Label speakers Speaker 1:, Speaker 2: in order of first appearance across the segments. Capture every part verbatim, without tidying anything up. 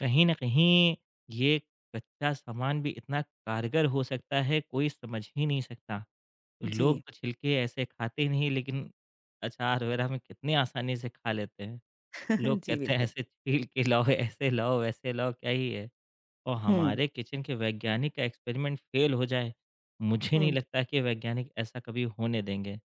Speaker 1: कहीं न कहीं ये कच्चा सामान भी इतना कारगर हो सकता है, कोई समझ ही नहीं सकता।
Speaker 2: जी।
Speaker 1: लोग तो छिलके ऐसे खाते ही नहीं, लेकिन अचार वगैरह में कितनी आसानी से खा लेते हैं। लोग
Speaker 2: जी,
Speaker 1: कहते हैं
Speaker 2: बिल्कुल।
Speaker 1: ऐसे छील के लाओ, ऐसे लाओ, वैसे लाओ, क्या ही है? और
Speaker 2: हुँ,
Speaker 1: हमारे किचन के वैज्ञानिक का एक्सपेरिमेंट फेल हो जाए, मुझे नहीं
Speaker 2: हुँ,
Speaker 1: लगता कि वैज्ञानिक ऐसा कभी होने देंगे।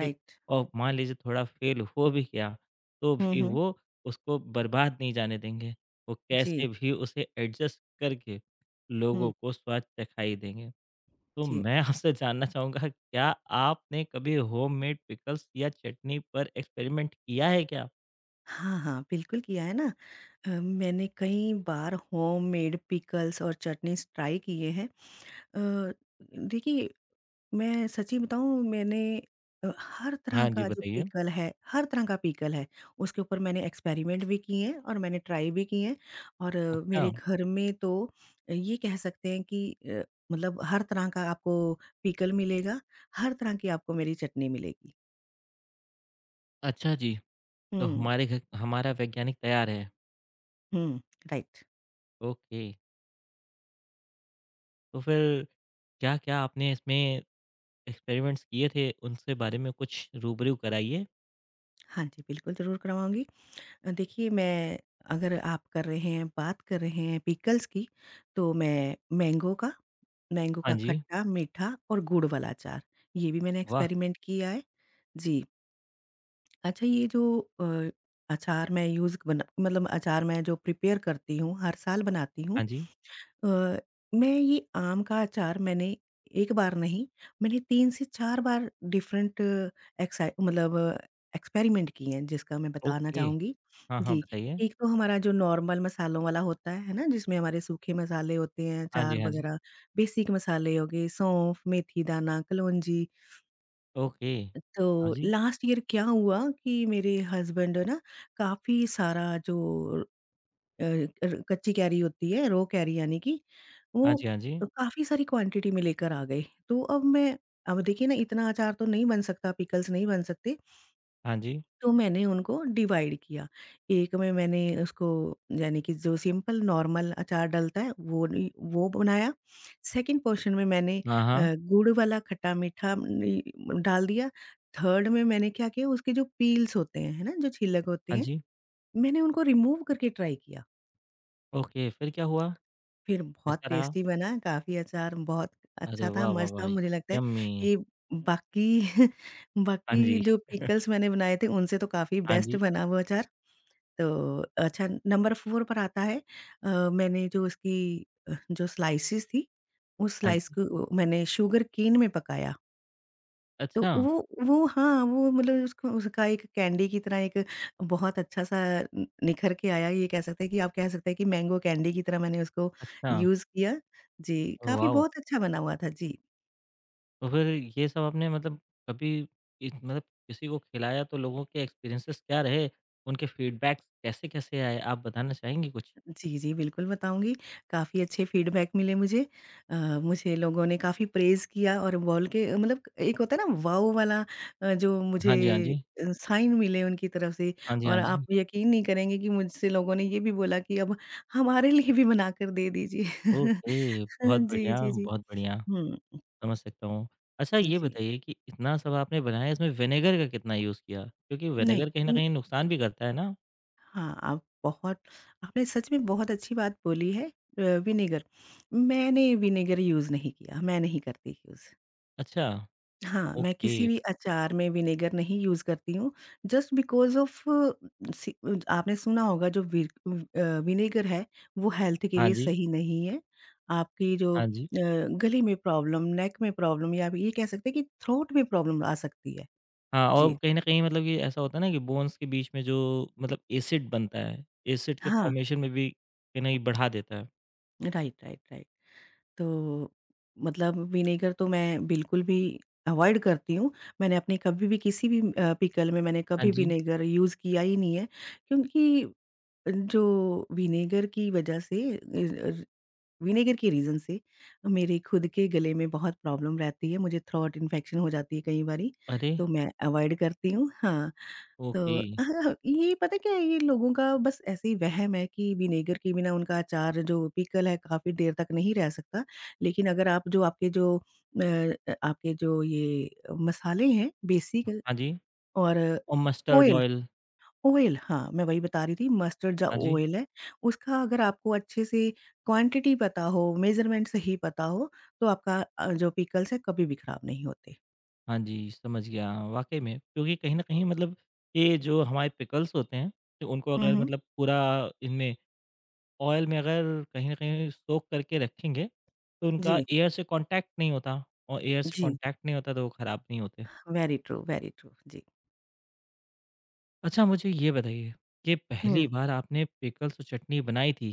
Speaker 1: ठीक? और मान लीजिए थोड़ा फेल हो भी गया, तो
Speaker 2: हुँ,
Speaker 1: भी
Speaker 2: हुँ,
Speaker 1: वो उसको बर्बाद नहीं जाने देंगे। वो
Speaker 2: जी,
Speaker 1: कैसे भी उसे एडजस्ट करके लोगों
Speaker 2: हुँ,
Speaker 1: को स्वाद चखाई देंगे। तो
Speaker 2: जी।
Speaker 1: मैं आपसे जानना चाहूँगा क्या आपने कभी होममेड पिकल्स या चटनी पर एक्सपेरिमेंट किया है क्या?
Speaker 2: हाँ, हाँ, बिल्कुल किया है ना। अ, मैंने कई बार होममेड पिकल्स और चटनीज़ ट्राई किए हैं। अ, देखिए मैं सच्ची बताऊँ मैंने अ, हर तरह
Speaker 1: हाँ जी,
Speaker 2: का जो
Speaker 1: बताइए।
Speaker 2: पिकल है, हर तरह का पिकल है, उसके ऊपर मैंने एक्सपेरिमेंट भी किए हैं और मैंने ट्राई भी किए हैं और अ,
Speaker 1: अच्छा।
Speaker 2: मेरे घर में तो ये कह सकते हैं कि अ, मतलब हर तरह का आपको पिकल मिलेगा, हर तरह की आपको मेरी चटनी मिलेगी।
Speaker 1: अच्छा जी, तो
Speaker 2: हुँ,
Speaker 1: हमारे घर हमारा वैज्ञानिक तैयार है।
Speaker 2: हुँ, राइट।
Speaker 1: ओके, तो फिर क्या-क्या आपने इसमें एक्सपेरिमेंट्स किए थे? उनसे बारे में कुछ रूबरू कराइए।
Speaker 2: हाँ जी, बिल्कुल ज़रूर करवाऊँगी। अ, देखिए मैं अगर आप कर रहे हैं बात कर रहे हैं पिकल्स की, तो मैं मैंगो का मैंगो
Speaker 1: हाँ
Speaker 2: का
Speaker 1: जी,
Speaker 2: खट्टा, मीठा और गुड़ वाला अचार, ये भी मैंने
Speaker 1: वाह!
Speaker 2: एक्सपेरिमेंट किया है। जी। अच्छा ये जो अ, अचार मैं यूज़ बना मतलब अचार मैं जो प्रिपेयर करती हूँ, हर साल बनाती हूँ
Speaker 1: हाँ जी,
Speaker 2: अ, मैं ये आम का अचार मैंने एक बार नहीं, मैंने तीन से चार बार डिफरेंट एक्साइ मतलब एक्सपेरिमेंट किए हैं, जिसका मैं बताना
Speaker 1: ओके।
Speaker 2: चाहूँगी।
Speaker 1: हाँ, हाँ,
Speaker 2: जी,
Speaker 1: बताइए।
Speaker 2: एक तो हमारा जो नॉर्मल मसालों वाला होता है, है ना? जिसमें हमारे सूखे मसाले होते हैं,
Speaker 1: हाँ जी,
Speaker 2: अचार
Speaker 1: हाँ जी,
Speaker 2: वगैरह, बेसिक मसाले हो गए, सौंफ, मेथी दाना, कलौंजी।
Speaker 1: ओके। हाँ
Speaker 2: तो
Speaker 1: जी,
Speaker 2: लास्ट ईयर क्या हुआ कि मेरे हस्बैंड ना काफ़ी सारा जो अ, र कच्ची कैरी होती है, रॉ कैरी यानी कि वो
Speaker 1: हाँ जी, हाँ जी,
Speaker 2: काफ़ी सारी क्वांटिटी में लेकर आ गए। तो अब मैं अब देखिए ना इतना अचार तो नहीं बन सकता, पिकल्स नहीं बन सकते,
Speaker 1: हाँ जी,
Speaker 2: तो मैंने उनको डिवाइड किया। एक में मैंने उसको यानी कि जो सिंपल नॉर्मल अचार डलता है वो नी वो बनाया। सेकंड पोर्शन में मैंने
Speaker 1: हाँ,
Speaker 2: अ,
Speaker 1: हाँ,
Speaker 2: गुड़ वाला खट्टा-मीठा नी डाल दिया। थर्ड में मैंने क्या किया उसके जो पील्स होते हैं, है ना? जो छिलक होते
Speaker 1: हाँ
Speaker 2: हैं,
Speaker 1: जी,
Speaker 2: मैंने उनको रिमूव करके ट्राई किया।
Speaker 1: ओके, फिर क्या हुआ?
Speaker 2: फिर बहुत
Speaker 1: कैसा रहा?
Speaker 2: टेस्टी बना, काफ़ी अचार बहुत
Speaker 1: अरे
Speaker 2: अच्छा था,
Speaker 1: वाह, वाह,
Speaker 2: मस्त था,
Speaker 1: वाह!
Speaker 2: मुझे लगता है
Speaker 1: यम्मी।
Speaker 2: ये बाकी
Speaker 1: हाँ
Speaker 2: बाकी
Speaker 1: जी,
Speaker 2: जो पिकल्स मैंने बनाए थे उनसे तो काफ़ी
Speaker 1: हाँ
Speaker 2: बेस्ट
Speaker 1: जी,
Speaker 2: बना वो अचार। तो अच्छा नंबर चार पर आता है अ, मैंने जो उसकी अ, जो स्लाइसेस थी, उस
Speaker 1: हाँ
Speaker 2: स्लाइस
Speaker 1: जी।
Speaker 2: को मैंने शुगर केन में पकाया। तो
Speaker 1: अच्छा,
Speaker 2: वो वो हाँ, वो मतलब उसको उसका एक कैंडी की तरह एक बहुत अच्छा-सा न निखर के आया, ये कह सकते हैं कि आप कह सकते हैं कि मैंगो कैंडी की तरह मैंने उसको
Speaker 1: अच्छा,
Speaker 2: यूज़ किया। जी, काफ़ी
Speaker 1: वॉव!
Speaker 2: बहुत अच्छा बना हुआ था। जी।
Speaker 1: तो फिर ये सब आपने मतलब कभी इ मतलब किसी को खिलाया तो लोगों के एक्सपीरियंसेस क्या रहे? उनके फीडबैक्स कैसे-कैसे आए? आप बताना चाहेंगी कुछ?
Speaker 2: जी, जी, बिल्कुल बताऊँगी। काफ़ी अच्छे फीडबैक मिले मुझे। अ, मुझे लोगों ने काफ़ी प्रेज़ किया और बोल के मतलब एक होता है ना वाओ वाला अ, जो मुझे
Speaker 1: हाँ जी, हाँ जी।
Speaker 2: अ, साइन मिले उनकी तरफ से
Speaker 1: हाँ जी,
Speaker 2: और
Speaker 1: हाँ
Speaker 2: आप
Speaker 1: जी।
Speaker 2: यकीन नहीं करेंगे कि मुझसे लोगों ने ये भी बोला कि अब हमारे लिए भी बनाकर दे दीजिए।
Speaker 1: ओके, बहुत
Speaker 2: जी,
Speaker 1: बढ़िया,
Speaker 2: जी, जी।
Speaker 1: बहुत बढ़िया,
Speaker 2: हुँ,
Speaker 1: समझ सकता हूँ। अच्छा ये
Speaker 2: जी।
Speaker 1: बताइए कि इतना सब आपने बनाया इसमें विनेगर का कितना यूज़ किया? क्योंकि
Speaker 2: नहीं
Speaker 1: विनेगर कहीं न
Speaker 2: उम,
Speaker 1: कहीं नुकसान भी करता है ना?
Speaker 2: हाँ, आप बहुत आपने सच में बहुत अच्छी बात बोली है अ, विनेगर। मैंने विनेगर यूज़ नहीं किया, मैं नहीं करती यूज़।
Speaker 1: अच्छा,
Speaker 2: हाँ, मैं
Speaker 1: ओके।
Speaker 2: किसी भी अचार में विनेगर नहीं यूज़ करती हूँ, जस्ट बिकॉज़ ऑफ़ सी आपने सुना होगा जो वि अ, विनेगर है, वो हेल्थ के
Speaker 1: हाँ
Speaker 2: लिए
Speaker 1: जी,
Speaker 2: सही नहीं है। आपकी जो अ,
Speaker 1: हाँ जी।
Speaker 2: गले में प्रॉब्लम, नेक में प्रॉब्लम या आप ये कह सकते हैं कि थ्रोट में प्रॉब्लम आ सकती है।
Speaker 1: हाँ, और
Speaker 2: जी।
Speaker 1: कहीं न कहीं मतलब कि ऐसा होता है ना कि बोन्स के बीच में जो मतलब एसिड बनता है, एसिड के
Speaker 2: हाँ,
Speaker 1: फ़ॉर्मेशन में भी कहीं न कहीं बढ़ा देता है।
Speaker 2: Right, right, right. तो मतलब विनेगर तो मैं बिल्कुल भी अवॉइड करती हूँ। मैंने अपने कभी भी किसी भी अ, पिकल में मैंने
Speaker 1: हाँ
Speaker 2: कभी
Speaker 1: जी।
Speaker 2: विनेगर यूज़ किया ही नहीं है, क्योंकि जो विनेगर की वजह से अ, र विनेगर के रीज़न से मेरे खुद के गले में बहुत प्रॉब्लम रहती है, मुझे थ्रोट इन्फेक्शन हो जाती है कई बारी,
Speaker 1: अरे!
Speaker 2: तो मैं अवॉइड करती हूँ। हाँ,
Speaker 1: ओके।
Speaker 2: तो हाँ, ये पता क्या है, ये लोगों का बस ऐसे ही वहम है कि विनेगर के बिना उनका अचार जो पिकल है काफ़ी देर तक नहीं रह सकता। लेकिन अगर आप जो आपके जो अ, आपके जो ये मसाले हैं बेसिक
Speaker 1: हाँ जी,
Speaker 2: और
Speaker 1: और मस्टर्ड
Speaker 2: ऑयल
Speaker 1: ऑयल।
Speaker 2: ऑयल, हाँ, मैं वही बता रही थी मस्टर्ड जो
Speaker 1: हाँ जी।
Speaker 2: ऑयल है, उसका अगर आपको अच्छे से क्वांटिटी पता हो, मेज़रमेंट सही पता हो, तो आपका अ, जो पिकल्स है कभी भी खराब नहीं होते।
Speaker 1: हाँ जी, समझ गया। वाक़ई में क्योंकि कहीं न कहीं मतलब ये जो हमारे पिकल्स होते हैं, तो उनको
Speaker 2: हुँ,
Speaker 1: अगर
Speaker 2: हुँ।
Speaker 1: मतलब पूरा इनमें ऑयल में अगर कहीं न कहीं सोक करके रखेंगे, तो उनका
Speaker 2: जी,
Speaker 1: एयर से कॉन्टैक्ट नहीं होता और एयर से
Speaker 2: जी।
Speaker 1: कॉन्टैक्ट नहीं होता तो वो ख़राब नहीं होते।
Speaker 2: Very true, very true. जी।
Speaker 1: अच्छा मुझे ये बताइए कि
Speaker 2: हुँ।
Speaker 1: पहली बार आपने पिकल्स और चटनी बनाई थी,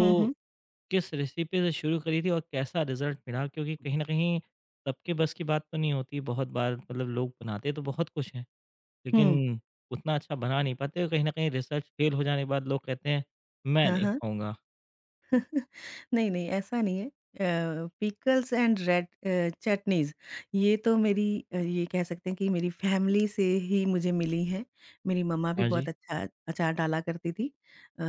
Speaker 2: हुँ, हुँ।
Speaker 1: किस रेसिपी से शुरू करी थी और कैसा रिज़ल्ट मिला? क्योंकि कहीं न कहीं सबके बस की बात तो नहीं होती, बहुत बार मतलब लोग बनाते तो बहुत कुछ हैं।
Speaker 2: हुँ।
Speaker 1: लेकिन उतना अच्छा बना नहीं पाते और कहीं न कहीं रिसर्च फेल हो जाने के बाद लोग कहते हैं, "मैं
Speaker 2: हाँ,
Speaker 1: नहीं
Speaker 2: हाँ।
Speaker 1: खाऊँगा।"
Speaker 2: नहीं, नहीं ऐसा नहीं है। अ, पिकल्स एंड रेड अ, चटनीज़ ये तो मेरी अ, ये कह सकते हैं कि मेरी फैमिली से ही मुझे मिली हैं। मेरी मम्मा भी
Speaker 1: हाँ जी,
Speaker 2: बहुत अच्छा अचार डाला करती थी। अ,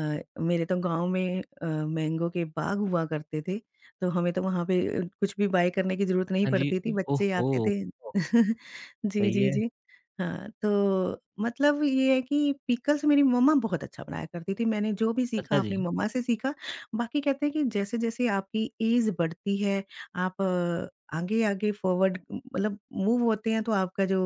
Speaker 2: मेरे तो गाँव में अ, मैंगो के बाग हुआ करते थे, तो हमें तो वहाँ पे अ, कुछ भी बाय करने की ज़रूरत नहीं
Speaker 1: हाँ जी।
Speaker 2: पड़ती थी, बच्चे आते
Speaker 1: ओहो!
Speaker 2: थे। जी,
Speaker 1: सही
Speaker 2: जी,
Speaker 1: है।
Speaker 2: जी। हाँ, तो मतलब ये है कि पिकल्स मेरी मम्मा बहुत अच्छा बनाया करती थी। मैंने जो भी सीखा
Speaker 1: अच्छा जी।
Speaker 2: अपनी मम्मा से सीखा बाकी कहते हैं कि जैसे-जैसे आपकी ऐज बढ़ती है, आप आगे-आगे फॉरवर्ड मतलब मूव होते हैं, तो आपका जो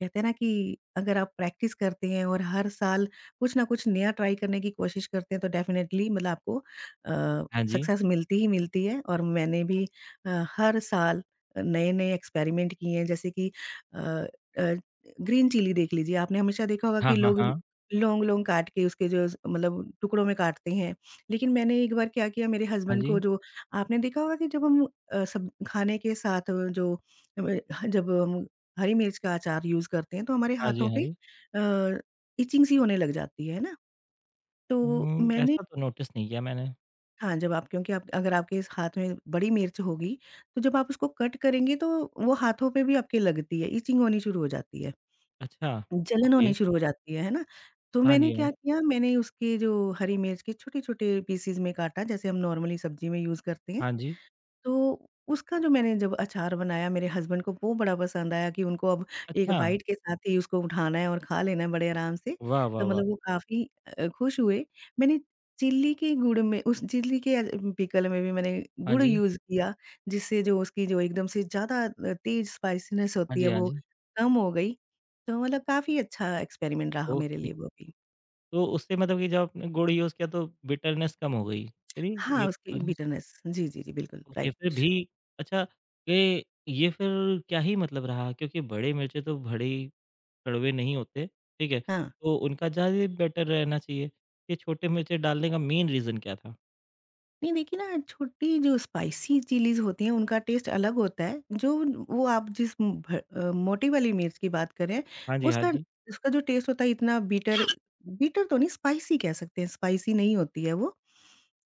Speaker 2: कहते हैं ना कि अगर आप प्रैक्टिस करते हैं और हर साल कुछ ना कुछ नया ट्राई करने की कोशिश करते हैं, तो डेफिनिटली मतलब आपको अ,
Speaker 1: हाँ जी।
Speaker 2: सक्सेस मिलती ही मिलती है और मैंने भी अ, हर साल नए-नए एक्सपेरिमेंट किए हैं, जैसे कि अ अ, ग्रीन चिली देख लीजिए, आपने हमेशा देखा होगा
Speaker 1: हाँ,
Speaker 2: कि
Speaker 1: हाँ,
Speaker 2: लोग
Speaker 1: हाँ।
Speaker 2: लॉन्ग-लॉन्ग काट के उसके जो मतलब टुकड़ों में काटते हैं। लेकिन मैंने एक बार क्या किया मेरे
Speaker 1: हाँ
Speaker 2: हस्बैंड को
Speaker 1: जी।
Speaker 2: जो आपने देखा होगा कि जब हम अ, सब खाने के साथ अ, जो अ, जब हम हरी मिर्च का अचार यूज़ करते हैं तो हमारे
Speaker 1: हाँ जी,
Speaker 2: हाथों
Speaker 1: हाँ
Speaker 2: पे
Speaker 1: जी।
Speaker 2: अ, इचिंग सी होने लग जाती है, है ना? तो
Speaker 1: उम,
Speaker 2: मैंने
Speaker 1: ऐसा तो नोटिस नहीं किया मैंने।
Speaker 2: हाँ, जब आप क्योंकि आप अगर आपके इस हाथ में बड़ी मिर्च होगी, तो जब आप उसको कट करेंगे तो वो हाथों पे भी आपके लगती है, इचिंग होनी शुरू हो जाती है,
Speaker 1: अच्छा,
Speaker 2: जलन होनी
Speaker 1: ओके।
Speaker 2: शुरू हो जाती है, है ना? तो
Speaker 1: हाँ
Speaker 2: मैंने
Speaker 1: जी, हाँ
Speaker 2: क्या
Speaker 1: जी।
Speaker 2: किया मैंने उसके जो हरी मिर्च के छोटे-छोटे पीसेज़ में काटा जैसे हम नॉर्मली सब्ज़ी में यूज़ करते हैं।
Speaker 1: हाँ जी।
Speaker 2: तो उसका जो मैंने जब अचार बनाया मेरे हस्बैंड को वो बड़ा पसंद आया कि उनको अब एक
Speaker 1: अच्छा।
Speaker 2: बाइट के साथ ही उसको उठाना है और खा लेना है बड़े आराम से,
Speaker 1: वाह, वाह,
Speaker 2: तो
Speaker 1: वाह!
Speaker 2: मतलब वो काफ़ी अ, खुश हुए। मैंने चिल्ली के गुड़ में उस चिल्ली के अ, पिकल में भी मैंने
Speaker 1: हाँ
Speaker 2: गुड़
Speaker 1: जी।
Speaker 2: यूज़ किया, जिससे जो उसकी जो एकदम से ज़्यादा अ, तेज़ स्पाइसीनेस
Speaker 1: हाँ
Speaker 2: होती है
Speaker 1: जी, हाँ
Speaker 2: वो
Speaker 1: जी।
Speaker 2: कम हो गई। तो मतलब काफ़ी अच्छा एक्सपेरिमेंट रहा मेरे
Speaker 1: ओके।
Speaker 2: लिए वो भी।
Speaker 1: तो उससे मतलब कि जब आपने गुड़ यूज़ किया तो बिटरनेस कम हो गई। चलिए
Speaker 2: हाँ,
Speaker 1: ये
Speaker 2: उसकी
Speaker 1: तो
Speaker 2: बिटरनेस जी, जी, जी, बिल्कुल
Speaker 1: ओके, फिर
Speaker 2: राइट।
Speaker 1: भी अच्छा ये ये फिर क्या ही मतलब रहा क्योंकि बड़े मिर्चे तो बड़े ही कड़वे नहीं होते, ठीक है?
Speaker 2: हाँ।
Speaker 1: तो उनका ज़्यादा बेटर रहना चाहिए। ये छोटे मिर्चे डालने का मेन रीज़न क्या था?
Speaker 2: नहीं देखिए ना छोटी जो स्पाइसी चिलीज़ होती हैं उनका टेस्ट अलग होता है। जो वो आप जिस भ अ, मोटी वाली मिर्च की बात कर रहे हैं
Speaker 1: हाँ जी, हाँ
Speaker 2: उसका
Speaker 1: जी।
Speaker 2: उसका जो टेस्ट होता है इतना बीटर बीटर तो नहीं स्पाइसी कह सकते हैं, स्पाइसी नहीं होती है वो।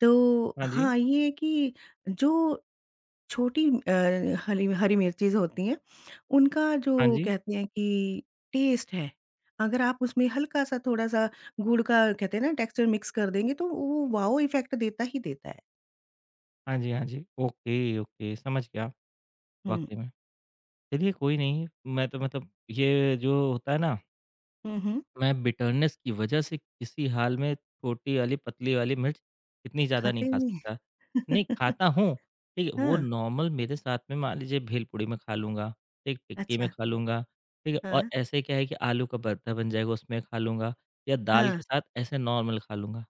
Speaker 2: तो
Speaker 1: हाँ जी,
Speaker 2: हाँ, ये है कि जो छोटी अ, हली हरी मिर्चीज़ होती हैं उनका
Speaker 1: हाँ
Speaker 2: जो
Speaker 1: जी।
Speaker 2: कहते हैं कि टेस्ट है, अगर आप उसमें हल्का-सा थोड़ा-सा गुड़ का कहते हैं ना टेक्सचर मिक्स कर देंगे तो वो वाओ इफ़ेक्ट देता ही देता है।
Speaker 1: हाँ जी, हाँ जी। ओके, ओके समझ गया
Speaker 2: हुँ।
Speaker 1: वाक़ई में। चलिए कोई नहीं, मैं तो मतलब ये जो होता है ना
Speaker 2: हुँ, हुँ।
Speaker 1: मैं बिटरनेस की वजह से किसी हाल में छोटी वाली, पतली वाली मिर्च इतनी ज़्यादा
Speaker 2: खाते
Speaker 1: नहीं
Speaker 2: ही
Speaker 1: खा
Speaker 2: नहीं
Speaker 1: सकता। नहीं,
Speaker 2: हैं।
Speaker 1: खाता हूँ, ठीक है, वो
Speaker 2: हाँ,
Speaker 1: नॉर्मल मेरे साथ में मान लीजिए भेलपूरी में खा लूँगा, ठीक, टिक्की में
Speaker 2: अच्छा।
Speaker 1: खा लूँगा, ठीक है, और
Speaker 2: हाँ,
Speaker 1: ऐसे क्या है कि आलू का पराठा बन जाएगा उसमें खा लूँगा या दाल
Speaker 2: हाँ,
Speaker 1: के साथ ऐसे नॉर्मल खा लूँगा।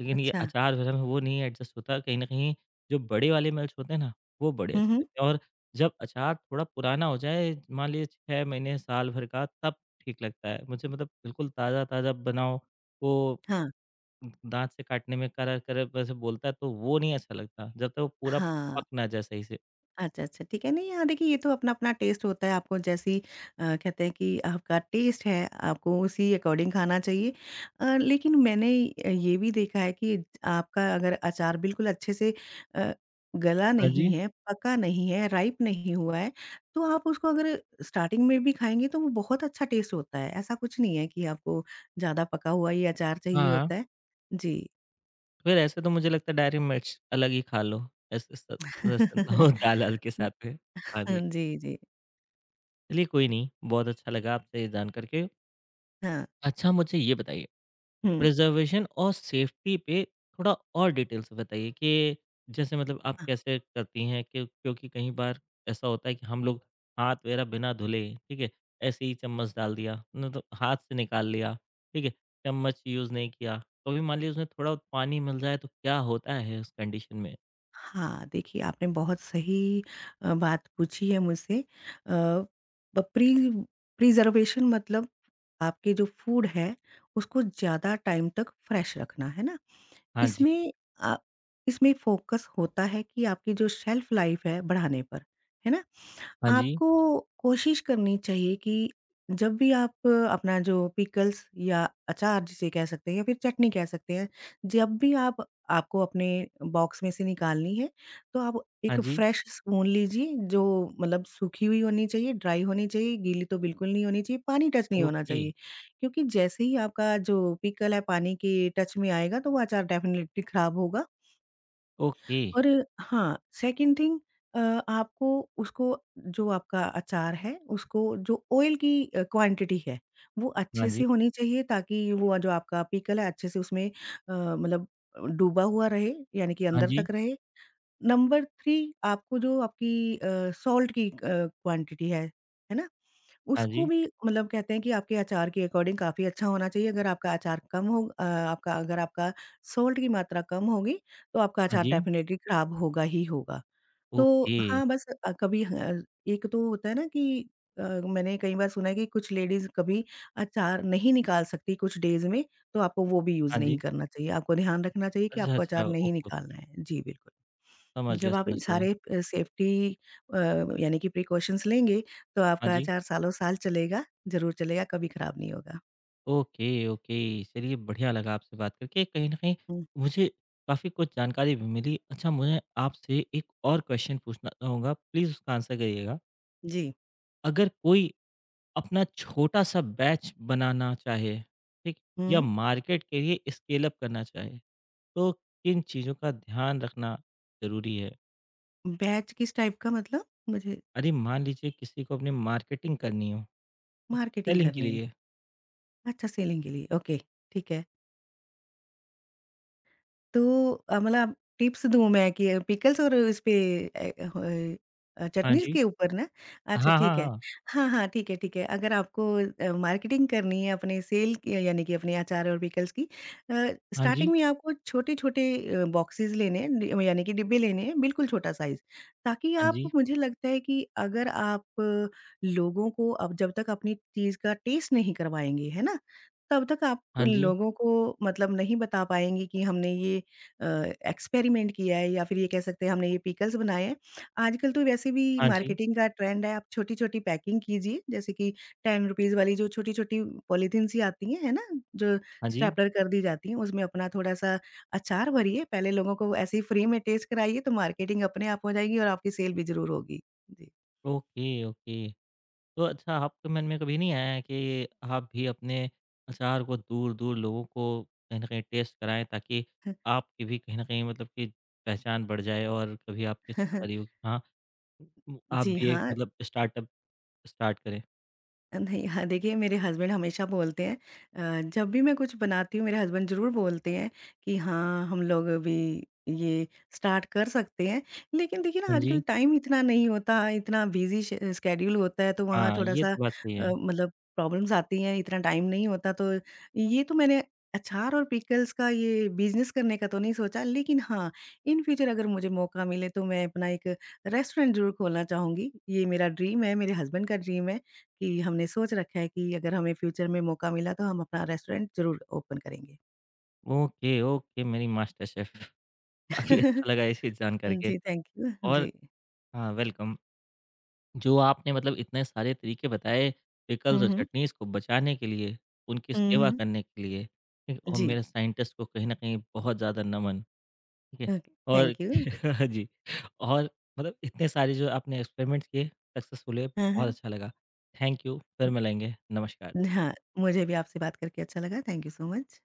Speaker 1: लेकिन ये
Speaker 2: अच्छा।
Speaker 1: अचार वग़ैरह में वो नहीं एडजस्ट होता, कहीं न कहीं जो बड़े वाले मिर्च होते हैं ना, वो बड़े
Speaker 2: हुँ,
Speaker 1: अच्छे
Speaker 2: हुँ।
Speaker 1: लगते हैं और जब अचार थोड़ा पुराना हो जाए, मान लीजिए छह महीने, साल भर का, तब ठीक लगता है। मुझे मतलब बिल्कुल ताज़ा-ताज़ा बनाओ, वो
Speaker 2: हाँ,
Speaker 1: दाँत से काटने में करा-करा वैसे बोलता है तो वो नहीं अच्छा लगता, जब तक वो पूरा
Speaker 2: हाँ।
Speaker 1: पक ना जाए सही से।
Speaker 2: अच्छा, अच्छा, ठीक है। नहीं, हाँ, देखिए ये तो अपना-अपना टेस्ट होता है, आपको जैसी अ, कहते हैं कि आपका टेस्ट है, आपको उसी अकॉर्डिंग खाना चाहिए। अ, लेकिन मैंने अ, ये भी देखा है कि आपका अगर अचार बिल्कुल अच्छे से अ, गला
Speaker 1: हाँ
Speaker 2: नहीं
Speaker 1: जी।
Speaker 2: है, पका नहीं है, राइप नहीं हुआ है, तो आप उसको अगर स्टार्टिंग में भी खाएँगे तो वो बहुत अच्छा टेस्ट होता है। ऐसा कुछ नहीं है कि आपको ज़्यादा पका हुआ ये अचार चाहिए
Speaker 1: हाँ, हाँ।
Speaker 2: होता है। जी।
Speaker 1: फिर ऐसे तो मुझे लगता है डायरी मिर्च अलग ही खा लो, ऐसे स जैसे वो दाल-वाल के साथ में। हाँ
Speaker 2: हाँ,
Speaker 1: जी,
Speaker 2: जी, जी।
Speaker 1: चलिए कोई नहीं, बहुत अच्छा लगा आपसे ये जान कर के।
Speaker 2: हाँ।
Speaker 1: अच्छा मुझे ये बताइए
Speaker 2: हुँ।
Speaker 1: प्रिज़र्वेशन और सेफ्टी पे थोड़ा और डिटेल से बताइए कि जैसे मतलब आप कैसे करती हैं कि क्योंकि कई बार ऐसा होता है कि हम लोग हाथ वगैरह बिना धुले, ठीक है, ऐसे ही चम्मच डाल दिया, मतलब हाथ से निकाल लिया, ठीक है, चम्मच यूज़ नहीं किया। कभी मान लीजिए उसमें थोड़ा पानी मिल जाए तो क्या होता है उस कंडीशन में?
Speaker 2: हाँ, देखिए आपने बहुत सही अ, बात पूछी है मुझसे अ, ब प्री प्रिज़र्वेशन मतलब आपके जो फूड है, उसको ज़्यादा टाइम तक फ्रेश रखना, है ना?
Speaker 1: हाँ जी,
Speaker 2: इसमें अ, इसमें फ़ोकस होता है कि आपकी जो शेल्फ़ लाइफ़ है बढ़ाने पर, है ना?
Speaker 1: हाँ जी,
Speaker 2: आपको कोशिश करनी चाहिए कि जब भी आप अपना जो पिकल्स या अचार जिसे कह सकते हैं या फिर चटनी कह सकते हैं, जब भी आप आपको अपने बॉक्स में से निकालनी है, तो आप
Speaker 1: हाँ
Speaker 2: एक
Speaker 1: जी,
Speaker 2: फ्रेश स्पून लीजिए जो मतलब सूखी हुई होनी चाहिए, ड्राई होनी चाहिए, गीली तो बिल्कुल नहीं होनी चाहिए, पानी टच नहीं होना
Speaker 1: ओके,
Speaker 2: चाहिए। क्योंकि जैसे ही आपका जो पिकल है पानी के टच में आएगा तो वो अचार डेफ़िनेटली खराब होगा
Speaker 1: ओके,
Speaker 2: और हाँ, सेकंड थिंग अ, आपको उसको जो आपका अचार है, उसको जो ऑयल की अ, क्वांटिटी है, वो
Speaker 1: हाँ
Speaker 2: अच्छे
Speaker 1: जी,
Speaker 2: से होनी चाहिए ताकि वो जो आपका पिकल है अच्छे से उसमें अ, मतलब अ, डूबा हुआ रहे, यानी कि
Speaker 1: हाँ
Speaker 2: अंदर
Speaker 1: जी,
Speaker 2: तक रहे। नंबर तीन आपको जो आपकी अ, सॉल्ट की अ, क्वांटिटी है, है ना?
Speaker 1: हाँ
Speaker 2: उसको
Speaker 1: जी,
Speaker 2: भी मतलब कहते हैं कि आपके अचार के अकॉर्डिंग काफ़ी अच्छा होना चाहिए, अगर आपका अचार कम हो अ, आपका अगर आपका सॉल्ट की मात्रा कम होगी, तो आपका
Speaker 1: हाँ
Speaker 2: अचार
Speaker 1: जी,
Speaker 2: डेफ़िनिटली खराब होगा ही होगा। तो
Speaker 1: ओके,
Speaker 2: हाँ, बस अ, कभी ह एक तो होता है ना कि अ, मैंने कई बार सुना है कि कुछ लेडीज़ कभी अचार नहीं निकाल सकती कुछ डेज़ में, तो आपको वो भी यूज़
Speaker 1: हाँ
Speaker 2: नहीं
Speaker 1: जी।
Speaker 2: करना चाहिए। आपको ध्यान रखना चाहिए कि
Speaker 1: अच्छा,
Speaker 2: आपको अचार
Speaker 1: अच्छा,
Speaker 2: नहीं
Speaker 1: ओके, ओके,
Speaker 2: निकालना है। जी, बिल्कुल।
Speaker 1: समझ गया,
Speaker 2: जब आप
Speaker 1: समझ गया।
Speaker 2: सारे अ, सेफ्टी अ, यानी कि प्रिकॉशंस लेंगे, तो
Speaker 1: हाँ
Speaker 2: आपका
Speaker 1: जी।
Speaker 2: अचार सालों-साल चलेगा, ज़रूर चलेगा, कभी खराब नहीं होगा।
Speaker 1: Okay, okay. चलिए बढ़िया लगा आपसे बात करके। कहीं न कहीं
Speaker 2: हुँ,
Speaker 1: मुझे काफ़ी कुछ जानकारी भी मिली। अच्छा मैं आपसे एक और क्वेश्चन पूछना चाहूँगा, प्लीज़ उसका आंसर करिएगा।
Speaker 2: जी।
Speaker 1: अगर कोई अपना छोटा-सा बैच बनाना चाहे, ठीक? या
Speaker 2: हुँ,
Speaker 1: मार्केट के लिए स्केल अप करना चाहे, तो किन चीज़ों का ध्यान रखना ज़रूरी है?
Speaker 2: बैच किस टाइप का मतलब? मुझे
Speaker 1: अरे मान लीजिए किसी को अपनी मार्केटिंग करनी हो, ठीक?
Speaker 2: मार्केटिंग
Speaker 1: सेलिंग के
Speaker 2: करनी है।
Speaker 1: लिए।
Speaker 2: अच्छा सेलिंग के लिए, ओके, ठीक है। तो अ, मतलब टिप्स दूँ मैं कि अ, पिकल्स और इसपे ए अ, होए अ,
Speaker 1: हाँ
Speaker 2: चटनीज़
Speaker 1: जी।
Speaker 2: के ऊपर ना? अच्छा
Speaker 1: हाँ,
Speaker 2: ठीक
Speaker 1: हाँ,
Speaker 2: है।
Speaker 1: हाँ।
Speaker 2: हाँ, हाँ, ठीक है, ठीक है। अगर आपको अ, मार्केटिंग करनी है अपने सेल की यानी कि अपने अचार और पिकल्स की अ,
Speaker 1: हाँ जी,
Speaker 2: स्टार्टिंग में आपको छोटे-छोटे अ, बॉक्सेज़ लेने हैं डि यानी कि डिब्बे लेने हैं, बिल्कुल छोटा साइज़। ताकि
Speaker 1: हाँ
Speaker 2: आप
Speaker 1: जी,
Speaker 2: मुझे लगता है कि अगर आप अ, लोगों को अब जब तक अपनी चीज़ का टेस्ट नहीं करवाएँगे, है ना? तब तक आप
Speaker 1: हाँ जी,
Speaker 2: लोगों को मतलब नहीं बता पाएँगे कि हमने ये अ, एक्सपेरिमेंट किया है या फिर ये कह सकते हैं हमने ये पिकल्स बनाए हैं। आजकल तो वैसे भी
Speaker 1: हाँ जी,
Speaker 2: मार्केटिंग का ट्रेंड है, आप छोटी-छोटी पैकिंग कीजिए जैसे कि ₹टेन रुपीज़ वाली जो छोटी-छोटी पॉलीथीन सी आती हैं, है ना? जो
Speaker 1: हाँ जी।
Speaker 2: स्टेपलर कर दी जाती हैं, उसमें अपना थोड़ा-सा अचार भरिए, पहले लोगों को ऐसे ही फ्री में टेस्ट कराइए तो मार्केटिंग अपने आप हो जाएगी और आपकी सेल भी ज़रूर होगी। जी।
Speaker 1: Okay, okay. तो अच्छा आपके मन में कभी नहीं आया है कि आप भी अपने अचार को दूर-दूर लोगों को कहीं न कहीं टेस्ट कराएँ ताकि आपकी भी कहीं न कहीं मतलब कि पहचान बढ़ जाए और कभी आपकी शक्ल यूँ हाँ, म- आप
Speaker 2: जी
Speaker 1: भी एक
Speaker 2: हाँ।
Speaker 1: मतलब स्टार्टअप स्टार्ट करें।
Speaker 2: नहीं, हाँ, देखिए मेरे हस्बैंड हमेशा बोलते हैं अ, जब भी मैं कुछ बनाती हूँ मेरे हस्बैंड ज़रूर बोलते हैं कि हाँ, हम लोग अभी ये स्टार्ट कर सकते हैं। लेकिन देखिए ना
Speaker 1: हाँ
Speaker 2: आजकल
Speaker 1: जी।
Speaker 2: टाइम इतना नहीं होता, इतना बिज़ी श शेड्यूल होता है तो वहाँ
Speaker 1: हाँ, ये
Speaker 2: थोड़ा-सा अ,
Speaker 1: तो बात सही है।
Speaker 2: मतलब प्रॉब्लम्स आती हैं, इतना टाइम नहीं होता तो ये तो मैंने अचार और पिकल्स का ये बिज़नेस करने का तो नहीं सोचा लेकिन हाँ, इन फ्यूचर अगर मुझे मौका मिले तो मैं अपना एक रेस्टोरेंट ज़रूर खोलना चाहूँगी। ये मेरा ड्रीम है, मेरे हस्बैंड का ड्रीम है। कि हमने सोच रखा है कि अगर हमें फ्यूचर में मौका मिला तो हम अपना रेस्टोरेंट ज़रूर ओपन करेंगे।
Speaker 1: ओके, ओके मेरी मास्टर शेफ़ काफ़ी अच्छा लगा ये चीज़ जान कर के
Speaker 2: जी, थैंक यू।
Speaker 1: और
Speaker 2: जी।
Speaker 1: हाँ, वेलकम। जो आपने मतलब इतने सारे तरीके बताए
Speaker 2: हुँ,
Speaker 1: पिकल्स और
Speaker 2: हुँ।
Speaker 1: चटनीज़ को बचाने के लिए, उनकी
Speaker 2: हुँ,
Speaker 1: सेवा
Speaker 2: हुँ।
Speaker 1: करने के लिए, ठीक, और
Speaker 2: जी,
Speaker 1: मेरे साइंटिस्ट को कहीं न कहीं बहुत ज़्यादा नमन, ठीक है?
Speaker 2: ओके,
Speaker 1: और
Speaker 2: थैंक यू।
Speaker 1: जी, और मतलब इतने सारे जो आपने एक्सपेरिमेंट्स किए, सक्सेसफुल हुए,
Speaker 2: हाँ,
Speaker 1: बहुत
Speaker 2: हाँ।
Speaker 1: अच्छा लगा। थैंक यू, फिर मिलेंगे, नमस्कार।
Speaker 2: हाँ, मुझे भी आपसे बात करके अच्छा लगा। Thank you so much.